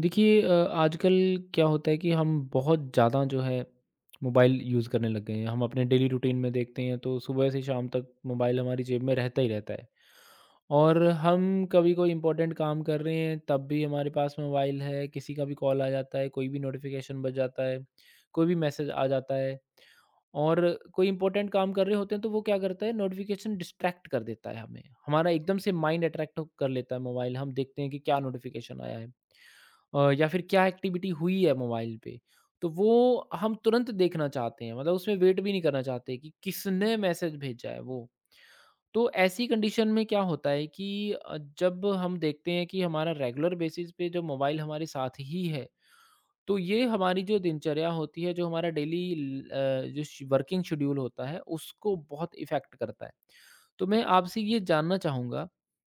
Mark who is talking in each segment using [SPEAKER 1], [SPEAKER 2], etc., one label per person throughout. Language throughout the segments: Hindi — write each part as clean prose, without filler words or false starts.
[SPEAKER 1] देखिए आजकल क्या होता है कि हम बहुत ज़्यादा जो है मोबाइल यूज़ करने लग गए हैं। हम अपने डेली रूटीन में देखते हैं तो सुबह से शाम तक मोबाइल हमारी जेब में रहता ही रहता है। और हम कभी कोई इंपॉर्टेंट काम कर रहे हैं तब भी हमारे पास मोबाइल है, किसी का भी कॉल आ जाता है, कोई भी नोटिफिकेशन बज जाता है, कोई भी मैसेज आ जाता है। और कोई इंपॉर्टेंट काम कर रहे होते हैं तो वो क्या करता है, नोटिफिकेशन डिस्ट्रैक्ट कर देता है हमें, हमारा एकदम से माइंड अट्रैक्ट कर लेता है मोबाइल। हम देखते हैं कि क्या नोटिफिकेशन आया है या फिर क्या एक्टिविटी हुई है मोबाइल पे। तो वो हम तुरंत देखना चाहते हैं, मतलब उसमें वेट भी नहीं करना चाहते कि किसने मैसेज भेजा है वो। तो ऐसी कंडीशन में क्या होता है कि जब हम देखते हैं कि हमारा रेगुलर बेसिस पे जो मोबाइल हमारे साथ ही है, तो ये हमारी जो दिनचर्या होती है, जो हमारा डेली ल अ, जो श वर्किंग शेड्यूल होता है, उसको बहुत इफ़ेक्ट करता है। तो मैं आपसे ये जानना चाहूँगा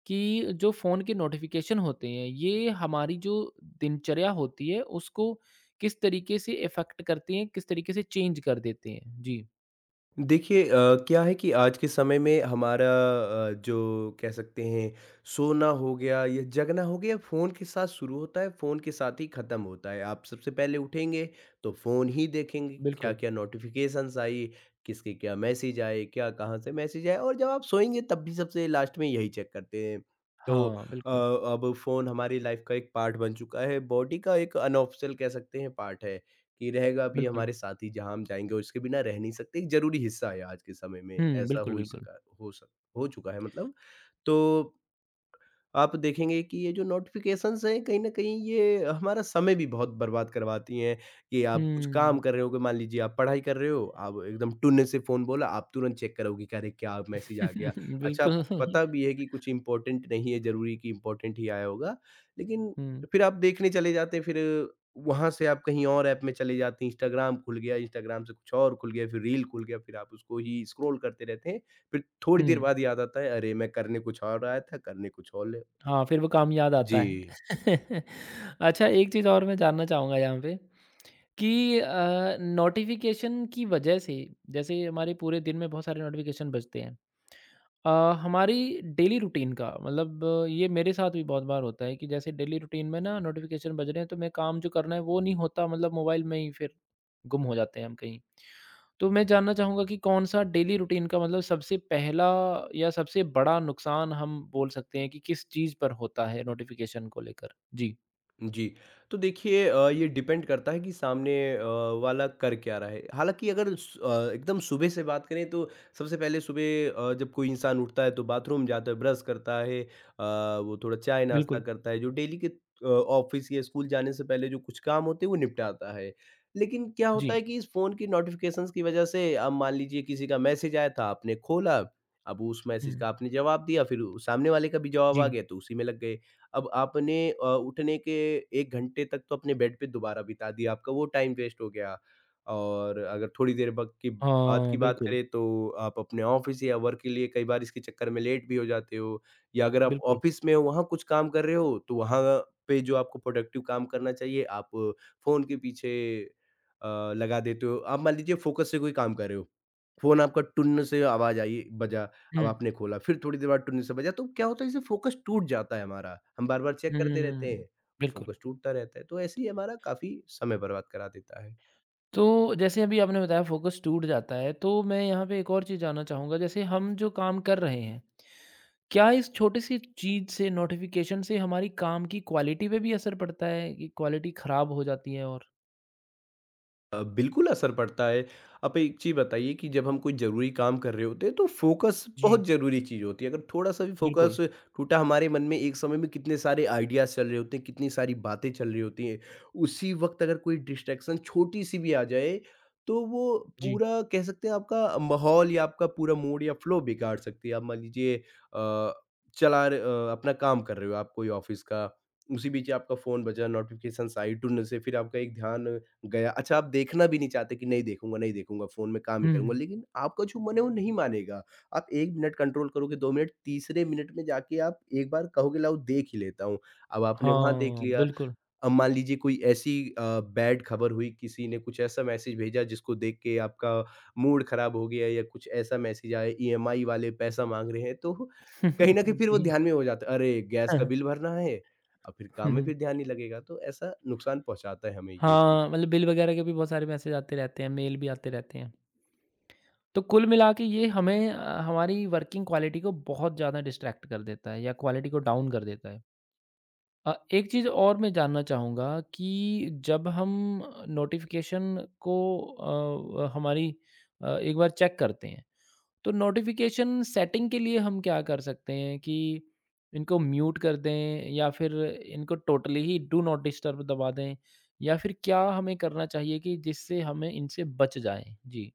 [SPEAKER 1] कि जो फ़ोन के नोटिफ़िकेशन होते हैं, ये हमारी जो दिनचर्या होती है, उसको किस तरीके से इफ़ेक्ट करती हैं, किस तरीके से चेंज कर देते हैं? जी।
[SPEAKER 2] देखिए क्या है कि आज के समय में हमारा जो कह सकते हैं सोना हो गया या जगना हो गया फ़ोन के साथ शुरू होता है फ़ोन के साथ ही ख़त्म होता है। आप सबसे पहले उठेंगे तो फ़ोन ही देखेंगे क्या
[SPEAKER 1] बिल्कुल।
[SPEAKER 2] क्या नोटिफिकेशंस आई, किसके क्या मैसेज आए, क्या कहाँ से मैसेज आए। और जब आप सोएंगे तब भी सबसे लास्ट में यही चेक करते हैं। तो
[SPEAKER 1] हाँ, बिल्कुल,
[SPEAKER 2] अब फ़ोन हमारी लाइफ का एक पार्ट बन चुका है, बॉडी का एक अनऑफिशियल कह सकते हैं पार्ट है कि रहेगा अभी
[SPEAKER 1] बिल्कुल।
[SPEAKER 2] हमारे साथ ही जहाँ हम जाएँगे और इसके बिना रह नहीं सकते, एक ज़रूरी हिस्सा है आज के समय में,
[SPEAKER 1] हुँ,
[SPEAKER 2] ऐसा
[SPEAKER 1] बिल्कुल,
[SPEAKER 2] हो ही
[SPEAKER 1] बिल्कुल।
[SPEAKER 2] सका हो सक हो चुका है मतलब। तो आप देखेंगे कि ये जो नोटिफ़िकेशंस हैं कहीं न कहीं ये हमारा समय भी बहुत बर्बाद करवाती हैं। कि आप कुछ काम
[SPEAKER 1] हुँ।
[SPEAKER 2] कर रहे होगे, मान लीजिए आप पढ़ाई कर रहे हो, आप एकदम टुन्ने से फ़ोन बोला, आप तुरंत चेक करोगे कि अरे! क्या मैसेज आ गया। अच्छा
[SPEAKER 1] बिल्कुल।
[SPEAKER 2] आपको पता भी है कि कुछ इम्पोर्टेंट नहीं है, ज़रूरी कि इम्पोर्टेंट ही आया होगा, लेकिन
[SPEAKER 1] हुँ,
[SPEAKER 2] फिर आप देखने चले जाते हैं, फिर वहाँ से आप कहीं और ऐप में चले जाते हैं, इंस्टाग्राम खुल गया, इंस्टाग्राम से कुछ और खुल गया, फिर रील खुल गया, फिर आप उसको ही स्क्रॉल करते रहते हैं। फिर थोड़ी
[SPEAKER 1] हुँ।
[SPEAKER 2] देर बाद याद आता है, अरे! मैं करने कुछ और आया था, करने कुछ और ले
[SPEAKER 1] हाँ, फिर वो काम याद
[SPEAKER 2] जी,
[SPEAKER 1] आता है। अच्छा, एक चीज़ और मैं जानना चाहूँगा यहाँ पे कि नोटिफ़िकेशन की वजह से जैसे हमारे पूरे दिन में बहुत सारे नोटिफ़िकेशन बजते हैं। अ, हमारी डेली रूटीन का मतलब ये मेरे साथ भी बहुत बार होता है कि जैसे डेली रूटीन में ना नोटिफिकेशन बज रहे हैं तो मैं काम जो करना है वो नहीं होता, मतलब मोबाइल में ही फिर गुम हो जाते हैं हम कहीं। तो मैं जानना चाहूँगा कि कौन सा डेली रूटीन का मतलब सबसे पहला या सबसे बड़ा नुकसान हम बोल सकते हैं कि किस चीज़ पर होता है नोटिफिकेशन को लेकर। जी।
[SPEAKER 2] जी। तो देखिए ये डिपेंड करता है कि सामने वाला कर क्या रहा है। हालाँकि अगर एकदम सुबह से बात करें तो सबसे पहले सुबह जब कोई इंसान उठता है तो बाथरूम जाता है, ब्रश करता है, वो थोड़ा चाय-नाश्ता
[SPEAKER 1] बिल्कुल।
[SPEAKER 2] करता है, जो डेली के ऑफ़िस या स्कूल जाने से पहले जो कुछ काम होते हैं वो निपटाता है। लेकिन क्या
[SPEAKER 1] जी।
[SPEAKER 2] होता है कि इस फ़ोन की नोटिफ़िकेशंस की वज़ह से अब मान लीजिए किसी का मैसेज आया था, आपने खोला, अब उस मैसेज
[SPEAKER 1] हम्म।
[SPEAKER 2] का आपने जवाब दिया, फिर सामने वाले का भी जवाब आ
[SPEAKER 1] जी।
[SPEAKER 2] गया तो उसी में लग गए। अब आपने उठने के 1 घंटे तक तो अपने बेड पे दोबारा बिता दिया, आपका वो टाइम वेस्ट हो गया। और अगर थोड़ी देर वक़्त की बाद की
[SPEAKER 1] हाँ,
[SPEAKER 2] बात
[SPEAKER 1] बिल्कुल,
[SPEAKER 2] करें तो आप अपने ऑफ़िस या वर्क के लिए कई बार इसके चक्कर में लेट भी हो जाते हो। या अगर आप
[SPEAKER 1] बिल्कुल।
[SPEAKER 2] ऑफ़िस में हो वहाँ कुछ काम कर रहे हो तो वहाँ पे जो आपको प्रोडक्टिव काम करना चाहिए आप फ़ोन के पीछे अ, लगा देते हो। आप मान लीजिए फ़ोकस से कोई काम कर रहे हो। फ़ोन आपका टुन्न से आवाज़ आई, बजा, अब
[SPEAKER 1] हम्म।
[SPEAKER 2] आपने खोला, फिर थोड़ी देर बाद टुन्न से बजा, तो क्या होता है इससे फ़ोकस टूट जाता है हमारा। हम बार-बार चेक करते रहते
[SPEAKER 1] हम्म।
[SPEAKER 2] हैं,
[SPEAKER 1] बिल्कुल।
[SPEAKER 2] फ़ोकस टूटता रहता है, तो ऐसे ही हमारा काफ़ी समय बर्बाद करा देता है।
[SPEAKER 1] तो जैसे अभी आपने बताया फ़ोकस टूट जाता है, तो मैं यहाँ पे एक और चीज़ जानना चाहूँगा। जैसे हम जो काम कर रहे हैं, क्या इस छोटी-सी चीज़ से, नोटिफ़िकेशन से हमारी काम की क्वालिटी पे भी असर पड़ता है कि क्वालिटी खराब हो जाती है और?
[SPEAKER 2] बिल्कुल असर पड़ता है। आप एक चीज़ बताइए कि जब हम कोई ज़रूरी काम कर रहे होते हैं तो फ़ोकस बहुत
[SPEAKER 1] जी,
[SPEAKER 2] ज़रूरी चीज़ होती है। अगर थोड़ा-सा भी फ़ोकस
[SPEAKER 1] बिल्कुल।
[SPEAKER 2] टूटा, हमारे मन में एक समय में कितने सारे आइडियाज़ चल रहे होते हैं, कितनी सारी बातें चल रही होती हैं। उसी वक़्त अगर कोई डिस्ट्रैक्शन छोटी-सी भी आ जाए तो वो
[SPEAKER 1] जी।
[SPEAKER 2] पूरा कह सकते हैं आपका माहौल या आपका पूरा मूड या फ़्लो बिगाड़ सकती है। आप मान लीजिए, अपना काम कर रहे हो आप कोई ऑफ़िस का, उसी बीच आपका फ़ोन बजा, नोटिफ़िकेशंस आई, टुन से फिर आपका एक ध्यान गया। अच्छा आप देखना भी नहीं चाहते कि नहीं देखूँगा, नहीं देखूँगा, फ़ोन में काम ही
[SPEAKER 1] हुँ,
[SPEAKER 2] करूँगा,
[SPEAKER 1] हुँ।
[SPEAKER 2] लेकिन आपका जो मन है वो नहीं मानेगा। आप 1 मिनट कंट्रोल करोगे, 2 मिनट, तीसरे मिनट में जाके आप एक बार कहोगे लाओ देख ही लेता हूँ। अब आपने वहाँ देख
[SPEAKER 1] हाँ,
[SPEAKER 2] लिया,
[SPEAKER 1] बिल्कुल।
[SPEAKER 2] अब मान लीजिए कोई ऐसी बैड खबर हुई, किसी ने कुछ ऐसा मैसेज भेजा जिसको देख के आपका मूड ख़राब हो गया या कुछ ऐसा मैसेज आया ईएमआई वाले पैसा माँग रहे हैं, तो कहीं न कहीं फिर वो
[SPEAKER 1] जी।
[SPEAKER 2] ध्यान में हो जाता है, अरे! गैस
[SPEAKER 1] हाँ,
[SPEAKER 2] का बिल भरना है, और फिर काम में
[SPEAKER 1] हम्म,
[SPEAKER 2] फिर ध्यान नहीं लगेगा, तो ऐसा नुकसान पहुँचाता है हमें ये चीज।
[SPEAKER 1] हाँ, मतलब बिल वगैरह के भी बहुत सारे मैसेज आते रहते हैं, मेल भी आते रहते हैं। तो कुल मिला के ये हमें हमारी वर्किंग क्वालिटी को बहुत ज़्यादा डिस्ट्रैक्ट कर देता है या क्वालिटी को डाउन कर देता है। एक चीज़ और मैं जानना चाहूँगा कि जब हम नोटिफ़िकेशन को हमारी एक बार चेक करते हैं, तो नोटिफ़िकेशन सेटिंग के लिए हम क्या कर सकते हैं कि इनको म्यूट कर दें या फिर इनको टोटली ही डू नॉट डिस्टर्ब दबा दें? या फिर क्या हमें करना चाहिए कि जिससे हमें इनसे बच जाएँ? जी।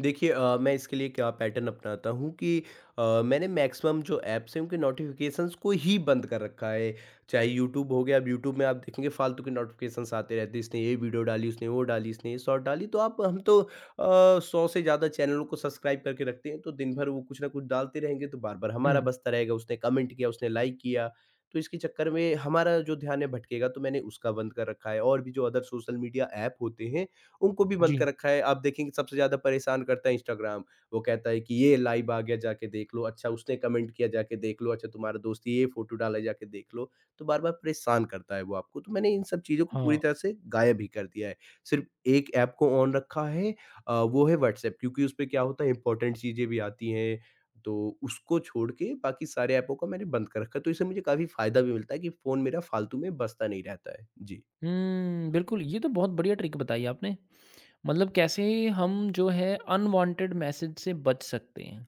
[SPEAKER 2] देखिए, मैं इसके लिए क्या पैटर्न अपनाता हूँ कि मैंने मैक्सिमम जो ऐप्स हैं उनके नोटिफिकेशंस को ही बंद कर रखा है। चाहे यूट्यूब हो गया, अब यूट्यूब में आप देखेंगे फालतू के नोटिफिकेशंस आते रहते हैं, इसने ये वीडियो डाली, उसने वो डाली, इसने ये शॉर्ट डाली, तो आप हम तो 100 से ज़्यादा चैनलों को सब्सक्राइब करके रखते हैं, तो दिन भर वो कुछ ना कुछ डालते रहेंगे, तो बार बार हमारा
[SPEAKER 1] हुँ,
[SPEAKER 2] बसता रहेगा, उसने कमेंट किया, उसने लाइक किया, तो इसके चक्कर में हमारा जो ध्यान है भटकेगा, तो मैंने उसका बंद कर रखा है। और भी जो अदर सोशल मीडिया ऐप होते हैं उनको भी बंद कर
[SPEAKER 1] जी,
[SPEAKER 2] रखा है। आप देखेंगे सबसे ज़्यादा परेशान करता है इंस्टाग्राम। वो कहता है कि ये लाइव आ गया जाके देख लो, अच्छा उसने कमेंट किया जाके देख लो, अच्छा तुम्हारा दोस्त ये फ़ोटो डाला है जाके देख लो। तो बार-बार परेशान करता है वो आपको। तो मैंने इन सब चीज़ों को पूरी
[SPEAKER 1] हाँ।
[SPEAKER 2] तरह से गायब ही कर दिया है। सिर्फ़ एक ऐप को ऑन रखा है, वो है व्हाट्सऐप, क्योंकि उसपे क्या होता है इम्पोर्टेंट चीज़ें भी आती हैं। तो उसको छोड़ के बाकी सारे ऐपों को मैंने बंद कर रखा है। तो इससे मुझे काफ़ी फ़ायदा भी मिलता है कि फ़ोन मेरा फ़ालतू में बजता नहीं रहता है। जी।
[SPEAKER 1] हुँ, बिल्कुल, ये तो बहुत बढ़िया ट्रिक बताई आपने। मतलब कैसे हम जो है अनवांटेड मैसेज से बच सकते हैं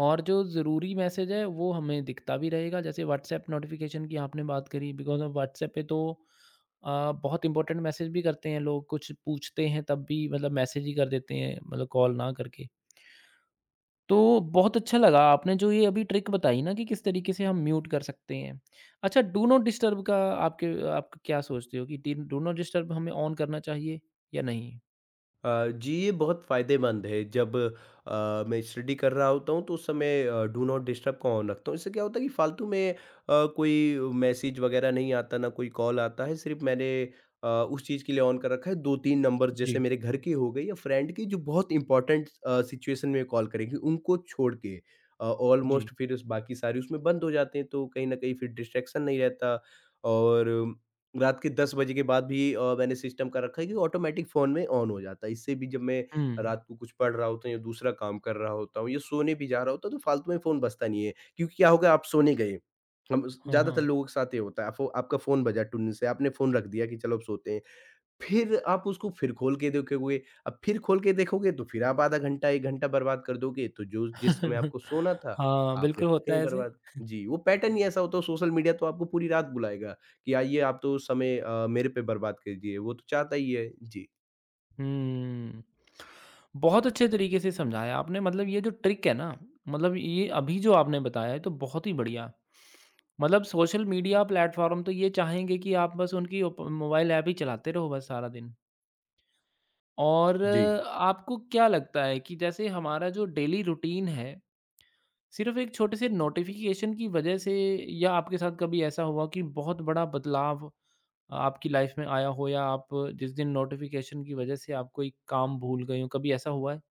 [SPEAKER 1] और जो ज़रूरी मैसेज है वो हमें दिखता भी रहेगा। जैसे व्हाट्सएप नोटिफिकेशन की आपने बात करी, बिकॉज ऑफ व्हाट्सएप पे तो बहुत इंपॉर्टेंट मैसेज भी करते हैं लोग, कुछ पूछते हैं तब भी मतलब मैसेज ही कर देते हैं, मतलब कॉल ना करके। तो बहुत अच्छा लगा आपने जो ये अभी ट्रिक बताई ना कि किस तरीके से हम म्यूट कर सकते हैं। अच्छा, डू नॉट डिस्टर्ब का आपके आप क्या सोचते हो कि डू नॉट डिस्टर्ब हमें ऑन करना चाहिए या नहीं?
[SPEAKER 2] जी, ये बहुत फ़ायदेमंद है जब मैं स्टडी कर रहा होता हूँ तो उस समय डू नॉट डिस्टर्ब का ऑन रखता हूँ। इससे क्या होता है कि फालतू में कोई मैसेज वग़ैरह नहीं आता, ना कोई कॉल आता है। सिर्फ़ मैंने उस चीज़ के लिए ऑन कर रखा है 2-3 नंबर्स, जैसे
[SPEAKER 1] जी।
[SPEAKER 2] मेरे घर के हो गए या फ्रेंड के जो बहुत इम्पोर्टेंट सिचुएशन में कॉल करेंगे, उनको छोड़ के। ऑलमोस्ट
[SPEAKER 1] जी।
[SPEAKER 2] फिर उस बाकी सारे उसमें बंद हो जाते हैं तो कहीं न कहीं फिर डिस्ट्रैक्शन नहीं रहता। और रात के 10 बजे के बाद भी मैंने सिस्टम कर रखा है कि ऑटोमेटिक फ़ोन में ऑन हो जाता है। इससे भी जब मैं
[SPEAKER 1] हम्म।
[SPEAKER 2] रात को कुछ पढ़ रहा होता हूँ या दूसरा काम कर रहा होता हूँ या सोने भी जा रहा होता हूँ, तो फालतू में फ़ोन बजता नहीं है। क्योंकि क्या होगा, आप सोने गए, हम
[SPEAKER 1] हाँ,
[SPEAKER 2] ज़्यादातर लोगों के साथ ये होता है, आप आपका फ़ोन बजा टुन से, आपने फ़ोन रख दिया कि चलो अब सोते हैं। फिर आप उसको फिर खोल के देखोगे, अब फिर खोल के देखोगे तो फिर आप आधा घंटा, 1 घंटा बर्बाद कर दोगे, तो जो
[SPEAKER 1] हाँ।
[SPEAKER 2] जिस समय आपको सोना था,
[SPEAKER 1] हाँ,
[SPEAKER 2] आपने
[SPEAKER 1] बिल्कुल
[SPEAKER 2] फिर
[SPEAKER 1] होता
[SPEAKER 2] कहीं
[SPEAKER 1] है ऐसे।
[SPEAKER 2] बर्बाद, जी, वो पैटर्न ही ऐसा होता है। सोशल मीडिया तो आपको पूरी रात बुलाएगा कि आइए आप तो समय मेरे पे बर्बाद कीजिए, वो तो चाहता ही है। जी।
[SPEAKER 1] हुँ। बहुत अच्छे तरीके से समझाया आपने। मतलब ये जो ट्रिक है ना, मतलब ये अभी जो आपने बताया है तो बहुत ही बढ़िया। मतलब सोशल मीडिया प्लेटफ़ॉर्म तो ये चाहेंगे कि आप बस उनकी ओप मोबाइल ऐप ही चलाते रहो बस सारा दिन। और
[SPEAKER 2] जी।
[SPEAKER 1] आपको क्या लगता है कि जैसे हमारा जो डेली रूटीन है, सिर्फ़ एक छोटे से नोटिफ़िकेशन की वजह से या आपके साथ कभी ऐसा हुआ कि बहुत बड़ा बदलाव आपकी लाइफ में आया हो या आप जिस दिन नोटिफ़िकेशन की वजह से आप कोई काम भूल गए हों, कभी ऐसा हुआ है?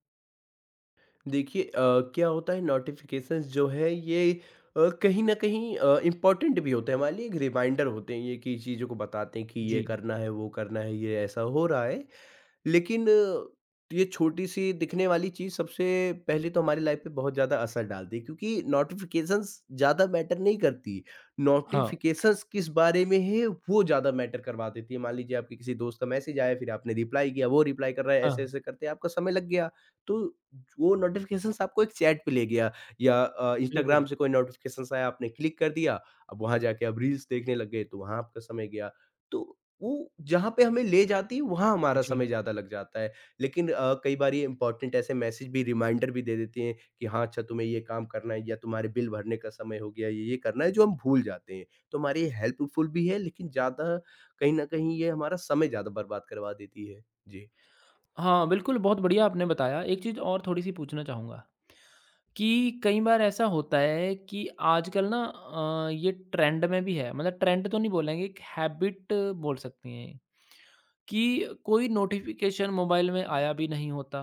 [SPEAKER 2] देखिए, क्या होता है नोटिफ़िकेशंस जो है ये कहीं न कहीं इम्पोर्टेंट भी होते हैं हमारे लिए, एक रिमाइंडर होते हैं ये, कि चीज़ों को बताते हैं कि
[SPEAKER 1] जी।
[SPEAKER 2] ये करना है, वो करना है, ये ऐसा हो रहा है। लेकिन ये छोटी-सी दिखने वाली चीज़ सबसे पहले तो हमारी लाइफ पे बहुत ज़्यादा असर डालती है क्योंकि नोटिफ़िकेशंस ज़्यादा मैटर नहीं करती।
[SPEAKER 1] हाँ,
[SPEAKER 2] नोटिफ़िकेशंस किस बारे में है वो ज़्यादा मैटर करवा देती है। मान लीजिए आपके किसी दोस्त का मैसेज आया, फिर आपने रिप्लाई किया, वो रिप्लाई कर रहा है,
[SPEAKER 1] हाँ, हाँ,
[SPEAKER 2] ऐसे-ऐसे करते आपका समय लग गया। तो वो नोटिफ़िकेशंस आपको एक चैट पे ले गया, या इंस्टाग्राम
[SPEAKER 1] बिल्कुल,
[SPEAKER 2] से कोई नोटिफ़िकेशंस आया, आपने क्लिक कर दिया, अब वहाँ जाके आप रील्स देखने लग गए, तो वहाँ आपका समय गया। तो वो जहाँ पे हमें ले जाती है वहाँ हमारा
[SPEAKER 1] जी।
[SPEAKER 2] समय ज़्यादा लग जाता है। लेकिन कई बार ये इम्पोर्टेंट ऐसे मैसेज भी रिमाइंडर भी दे देती हैं कि हाँ, अच्छा तुम्हें ये काम करना है या तुम्हारे बिल भरने का समय हो गया, ये-ये करना है, जो हम भूल जाते हैं। तो हमारे ये हेल्पफुल भी है, लेकिन ज़्यादा कहीं न कहीं ये हमारा समय ज़्यादा बर्बाद करवा देती है। जी।
[SPEAKER 1] हाँ, बिल्कुल, बहुत बढ़िया आपने बताया। एक चीज़ और थोड़ी-सी पूछना चाहूँगा कि कई बार ऐसा होता है कि आजकल ना ये ट्रेंड में भी है, मतलब ट्रेंड तो नहीं बोलेंगे, एक हैबिट बोल सकते हैं कि कोई नोटिफ़िकेशन मोबाइल में आया भी नहीं होता,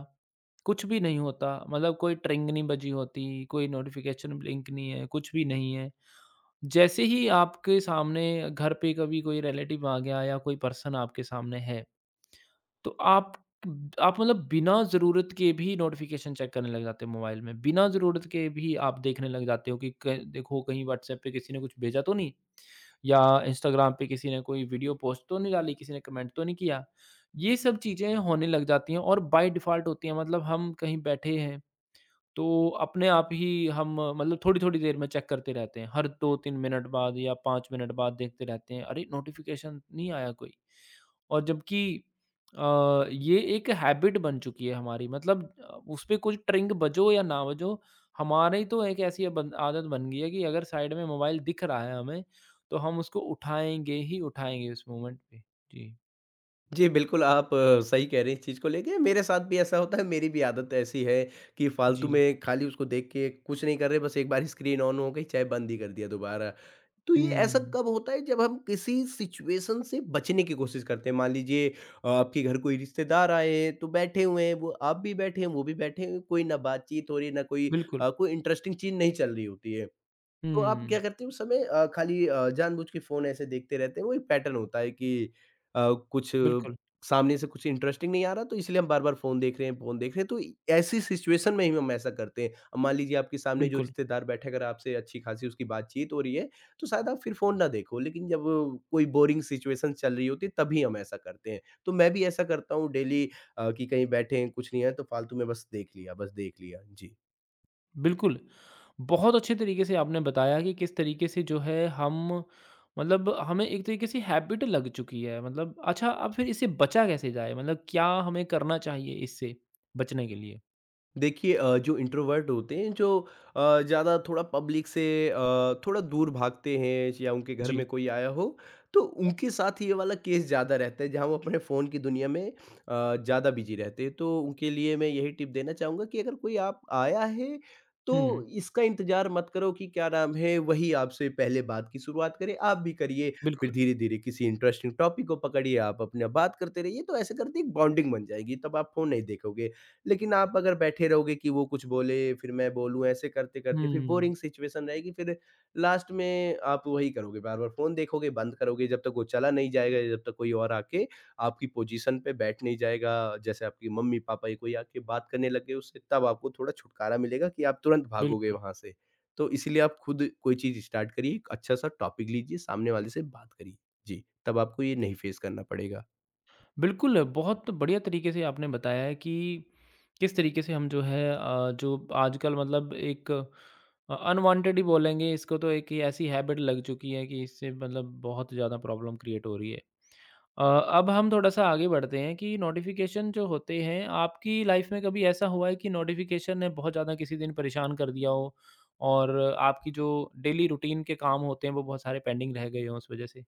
[SPEAKER 1] कुछ भी नहीं होता, मतलब कोई ट्रिंग नहीं बजी होती, कोई नोटिफ़िकेशन ब्लिंक नहीं है, कुछ भी नहीं है। जैसे ही आपके सामने घर पे कभी कोई रिलेटिव आ गया या कोई पर्सन आपके सामने है, तो आप मतलब बिना ज़रूरत के भी नोटिफ़िकेशन चेक करने लग जाते हो मोबाइल में, बिना ज़रूरत के भी आप देखने लग जाते हो कि क देखो कहीं व्हाट्सएप पे किसी ने कुछ भेजा तो नहीं? या इंस्टाग्राम पे किसी ने कोई वीडियो पोस्ट तो नहीं डाली, किसी ने कमेंट तो नहीं किया? ये सब चीज़ें होने लग जाती हैं और बाय डिफ़ॉल्ट होती हैं, मतलब हम कहीं बैठे हैं तो अपने आप ही हम मतलब थोड़ी-थोड़ी देर में चेक करते रहते हैं। हर 2-3 मिनट बाद या 5 मिनट बाद देखते रहते हैं, अरे! नोटिफ़िकेशन नहीं आया कोई। और जबकि अ, ये एक हैबिट बन चुकी है हमारी, मतलब उस पे कुछ ट्रिंग बजो या ना बजो, हमारी तो एक ऐसी अब आदत बन गई है कि अगर साइड में मोबाइल दिख रहा है हमें, तो हम उसको उठाएँगे ही उठाएँगे उस मोमेंट पे। जी,
[SPEAKER 2] जी, बिल्कुल, आप सही कह रहे हैं इस चीज़ को लेके। मेरे साथ भी ऐसा होता है, मेरी भी आदत ऐसी है कि फ़ालतू
[SPEAKER 1] जी।
[SPEAKER 2] में खाली उसको देख के कुछ नहीं कर रहे, बस एक बार स्क्रीन ऑन हो गई, चाहे बंद ही कर दिया दोबारा। तो ये ऐसा
[SPEAKER 1] हुँ,
[SPEAKER 2] कब होता है जब हम किसी सिचुएशन से बचने की कोशिश करते हैं। मान लीजिए, आपके घर कोई रिश्तेदार आए हैं, तो बैठे हुए हैं, वो आप भी बैठे हैं, वो भी बैठे हैं, कोई ना बातचीत हो रही है, ना कोई
[SPEAKER 1] बिल्कुल।
[SPEAKER 2] कोई इंटरेस्टिंग चीज़ नहीं चल रही होती है। तो आप
[SPEAKER 1] हुँ,
[SPEAKER 2] क्या करते हो उस समय खाली जानबूझ के फ़ोन ऐसे देखते रहते हैं, वो एक पैटर्न होता है कि अ, कुछ
[SPEAKER 1] बिल्कुल,
[SPEAKER 2] सामने से कुछ इंटरेस्टिंग नहीं आ रहा, तो इसलिए हम बार-बार फ़ोन देख रहे हैं, फ़ोन देख रहे हैं। तो ऐसी सिचुएशन में ही हम ऐसा करते हैं। अब मान लीजिए, आपके सामने जो
[SPEAKER 1] बिल्कुल।
[SPEAKER 2] रिश्तेदार बैठे, अगर आपसे अच्छी खासी उसकी बातचीत हो रही है, तो शायद आप फिर फ़ोन ना देखो, लेकिन जब कोई बोरिंग सिचुएशन चल रही होती है, तभी हम ऐसा करते हैं। तो मैं भी ऐसा करता हूँ डेली। कि कहीं बैठे हैं, कुछ नहीं है, तो फ़ालतू में बस देख लिया, बस देख लिया। जी।
[SPEAKER 1] बिल्कुल, बहुत अच्छे तरीके से आपने बताया कि किस तरीके से जो है हम मतलब हमें एक तरीके से हैबिट लग चुकी है। मतलब अच्छा अब फिर इससे बचा कैसे जाए? मतलब क्या हमें करना चाहिए इससे बचने के लिए?
[SPEAKER 2] देखिए, जो इंट्रोवर्ट होते हैं, जो ज़्यादा थोड़ा पब्लिक से अ, थोड़ा दूर भागते हैं, या उनके घर
[SPEAKER 1] जी।
[SPEAKER 2] में कोई आया हो, तो उनके साथ ये वाला केस ज़्यादा रहता है, जहाँ वो अपने फ़ोन की दुनिया में ज़्यादा बिजी रहते हैं। तो उनके लिए मैं यही टिप देना चाहूँगा कि अगर कोई आप आया है, तो
[SPEAKER 1] हुँ,
[SPEAKER 2] इसका इंतज़ार मत करो कि क्या नाम है, वही आपसे पहले बात की शुरुआत करे। आप भी करिए, फिर
[SPEAKER 1] बिल्कुल।
[SPEAKER 2] धीरे धीरे किसी इंटरेस्टिंग टॉपिक को पकड़िए, आप अपना बात करते रहिए। तो ऐसे करते एक बॉन्डिंग बन जाएगी, तब आप फ़ोन नहीं देखोगे। लेकिन आप अगर बैठे रहोगे कि वो कुछ बोले, फिर मैं बोलूँ, ऐसे करते-करते फिर
[SPEAKER 1] हुँ,
[SPEAKER 2] बोरिंग सिचुएशन रहेगी, फिर लास्ट में आप वही करोगे, बार-बार फ़ोन देखोगे, बंद करोगे, जब तक वो चला नहीं जाएगा, या जब तक कोई और आके आपकी पोजीशन पे बैठ नहीं जाएगा। जैसे आपकी मम्मी-पापा या कोई आके बात करने लगे उससे, तब आपको थोड़ा छुटकारा मिलेगा कि आप तुरंत भागोगे
[SPEAKER 1] बिल्कुल।
[SPEAKER 2] वहाँ से। तो इसीलिए आप खुद कोई चीज़ स्टार्ट करिए, एक अच्छा-सा टॉपिक लीजिए, सामने वाले से बात करिए। जी, तब आपको ये नहीं फेस करना पड़ेगा।
[SPEAKER 1] बिल्कुल, बहुत बढ़िया तरीके से आपने बताया है कि किस तरीके से हम जो है जो आजकल मतलब एक अनवांटेड ही बोलेंगे इसको, तो एक ये ऐसी हैबिट लग चुकी है कि इससे मतलब बहुत ज़्यादा प्रॉब्लम क्रिएट हो रही है। अब हम थोड़ा-सा आगे बढ़ते हैं कि नोटिफ़िकेशन जो होते हैं, आपकी लाइफ़ में कभी ऐसा हुआ है कि नोटिफ़िकेशन ने बहुत ज़्यादा किसी दिन परेशान कर दिया हो और आपकी जो डेली रूटीन के काम होते हैं, वो बहुत सारे पेंडिंग रह गए हों उस वज़ह से?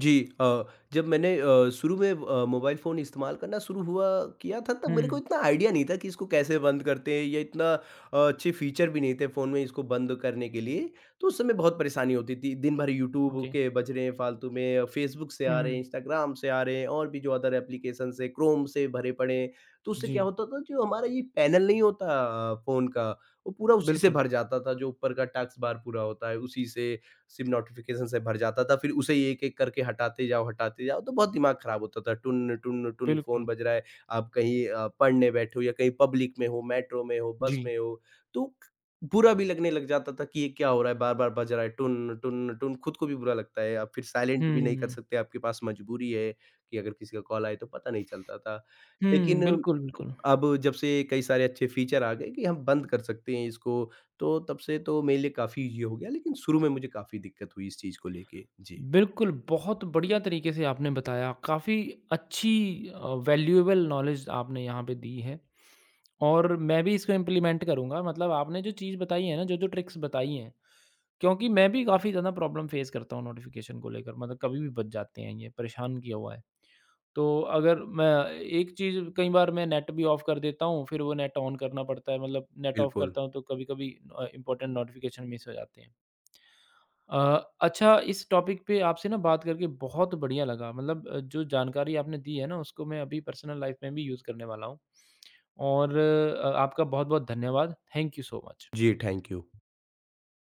[SPEAKER 2] जी। अ, जब मैंने शुरू में मोबाइल फ़ोन इस्तेमाल करना शुरू हुआ किया था, तब
[SPEAKER 1] हुँ,
[SPEAKER 2] मेरे को
[SPEAKER 1] हुँ।
[SPEAKER 2] इतना आइडिया नहीं था कि इसको कैसे बंद करते हैं, या इतना अच्छे फीचर भी नहीं थे फ़ोन में इसको बंद करने के लिए। तो उस समय बहुत परेशानी होती थी, दिन भर यूट्यूब
[SPEAKER 1] ओके।
[SPEAKER 2] के बज रहे हैं, फालतू में फेसबुक से
[SPEAKER 1] हुँ,
[SPEAKER 2] आ रहे हैं,
[SPEAKER 1] हुँ।
[SPEAKER 2] इंस्टाग्राम से आ रहे हैं, और भी जो अदर एप्लीकेशन से, क्रोम से भरे पड़े हैं। तो उससे क्या
[SPEAKER 1] जी,
[SPEAKER 2] होता था, जो हमारा ये पैनल नहीं होता फ़ोन का, वो पूरा उसी से
[SPEAKER 1] बिल्कुल,
[SPEAKER 2] भर जाता था, जो ऊपर का टास्क बार पूरा होता है, उसी से सिर्फ नोटिफ़िकेशन से भर जाता था। फिर उसे ही एक-एक करके हटाते जाओ, तो बहुत दिमाग खराब होता था। टुन, टुन, टुन फ़ोन
[SPEAKER 1] बिल्कुल।
[SPEAKER 2] बज रहा है, आप कहीं पढ़ने बैठे हो, या कहीं पब्लिक में हो, मेट्रो में हो, बस
[SPEAKER 1] जी।
[SPEAKER 2] में हो, तो बुरा भी लगने लग जाता था कि ये क्या हो रहा है, बार-बार बज रहा है, टुन, टुन, टुन, खुद को भी बुरा लगता है। आप फिर साइलेंट भी नहीं कर
[SPEAKER 1] हुँ।
[SPEAKER 2] सकते, आपके पास मजबूरी है कि अगर किसी का कॉल आए तो पता नहीं चलता था।
[SPEAKER 1] हुँ,
[SPEAKER 2] लेकिन
[SPEAKER 1] बिल्कुल, बिल्कुल।
[SPEAKER 2] अब जब से कई सारे अच्छे फ़ीचर आ गए कि हम बंद कर सकते हैं इसको, तो तब से तो मेरे लिए काफ़ी ईज़ी हो गया, लेकिन शुरू में मुझे काफ़ी दिक्कत हुई इस चीज़ को लेके। जी,
[SPEAKER 1] बिल्कुल, बहुत बढ़िया तरीके से आपने बताया, काफ़ी अच्छी वैल्यूएबल नॉलेज आपने यहाँ पे दी है। और मैं भी इसको इम्प्लीमेंट करूँगा। मतलब आपने जो चीज़ बताई है ना, जो-जो ट्रिक्स बताई हैं, क्योंकि मैं भी काफ़ी ज़्यादा प्रॉब्लम फेस करता हूँ नोटिफ़िकेशन को लेकर, मतलब कभी भी बज जाते हैं ये, परेशान किया हुआ है। तो अगर मैं एक चीज़ कई बार मैं नेट भी ऑफ़ कर देता हूँ, फिर वो नेट ऑन करना पड़ता है, मतलब नेट ऑफ़
[SPEAKER 2] बिल्कुल।
[SPEAKER 1] करता हूँ तो कभी-कभी इम्पोर्टेंट नोटिफ़िकेशन मिस हो जाते हैं। अ, अच्छा, इस टॉपिक पे आपसे ना बात करके बहुत बढ़िया लगा, मतलब जो जानकारी आपने दी है ना उसको मैं अभी पर्सनल लाइफ में भी यूज़ करने वाला हूँ। और आपका बहुत बहुत धन्यवाद, थैंक यू सो मच।
[SPEAKER 2] जी, थैंक यू।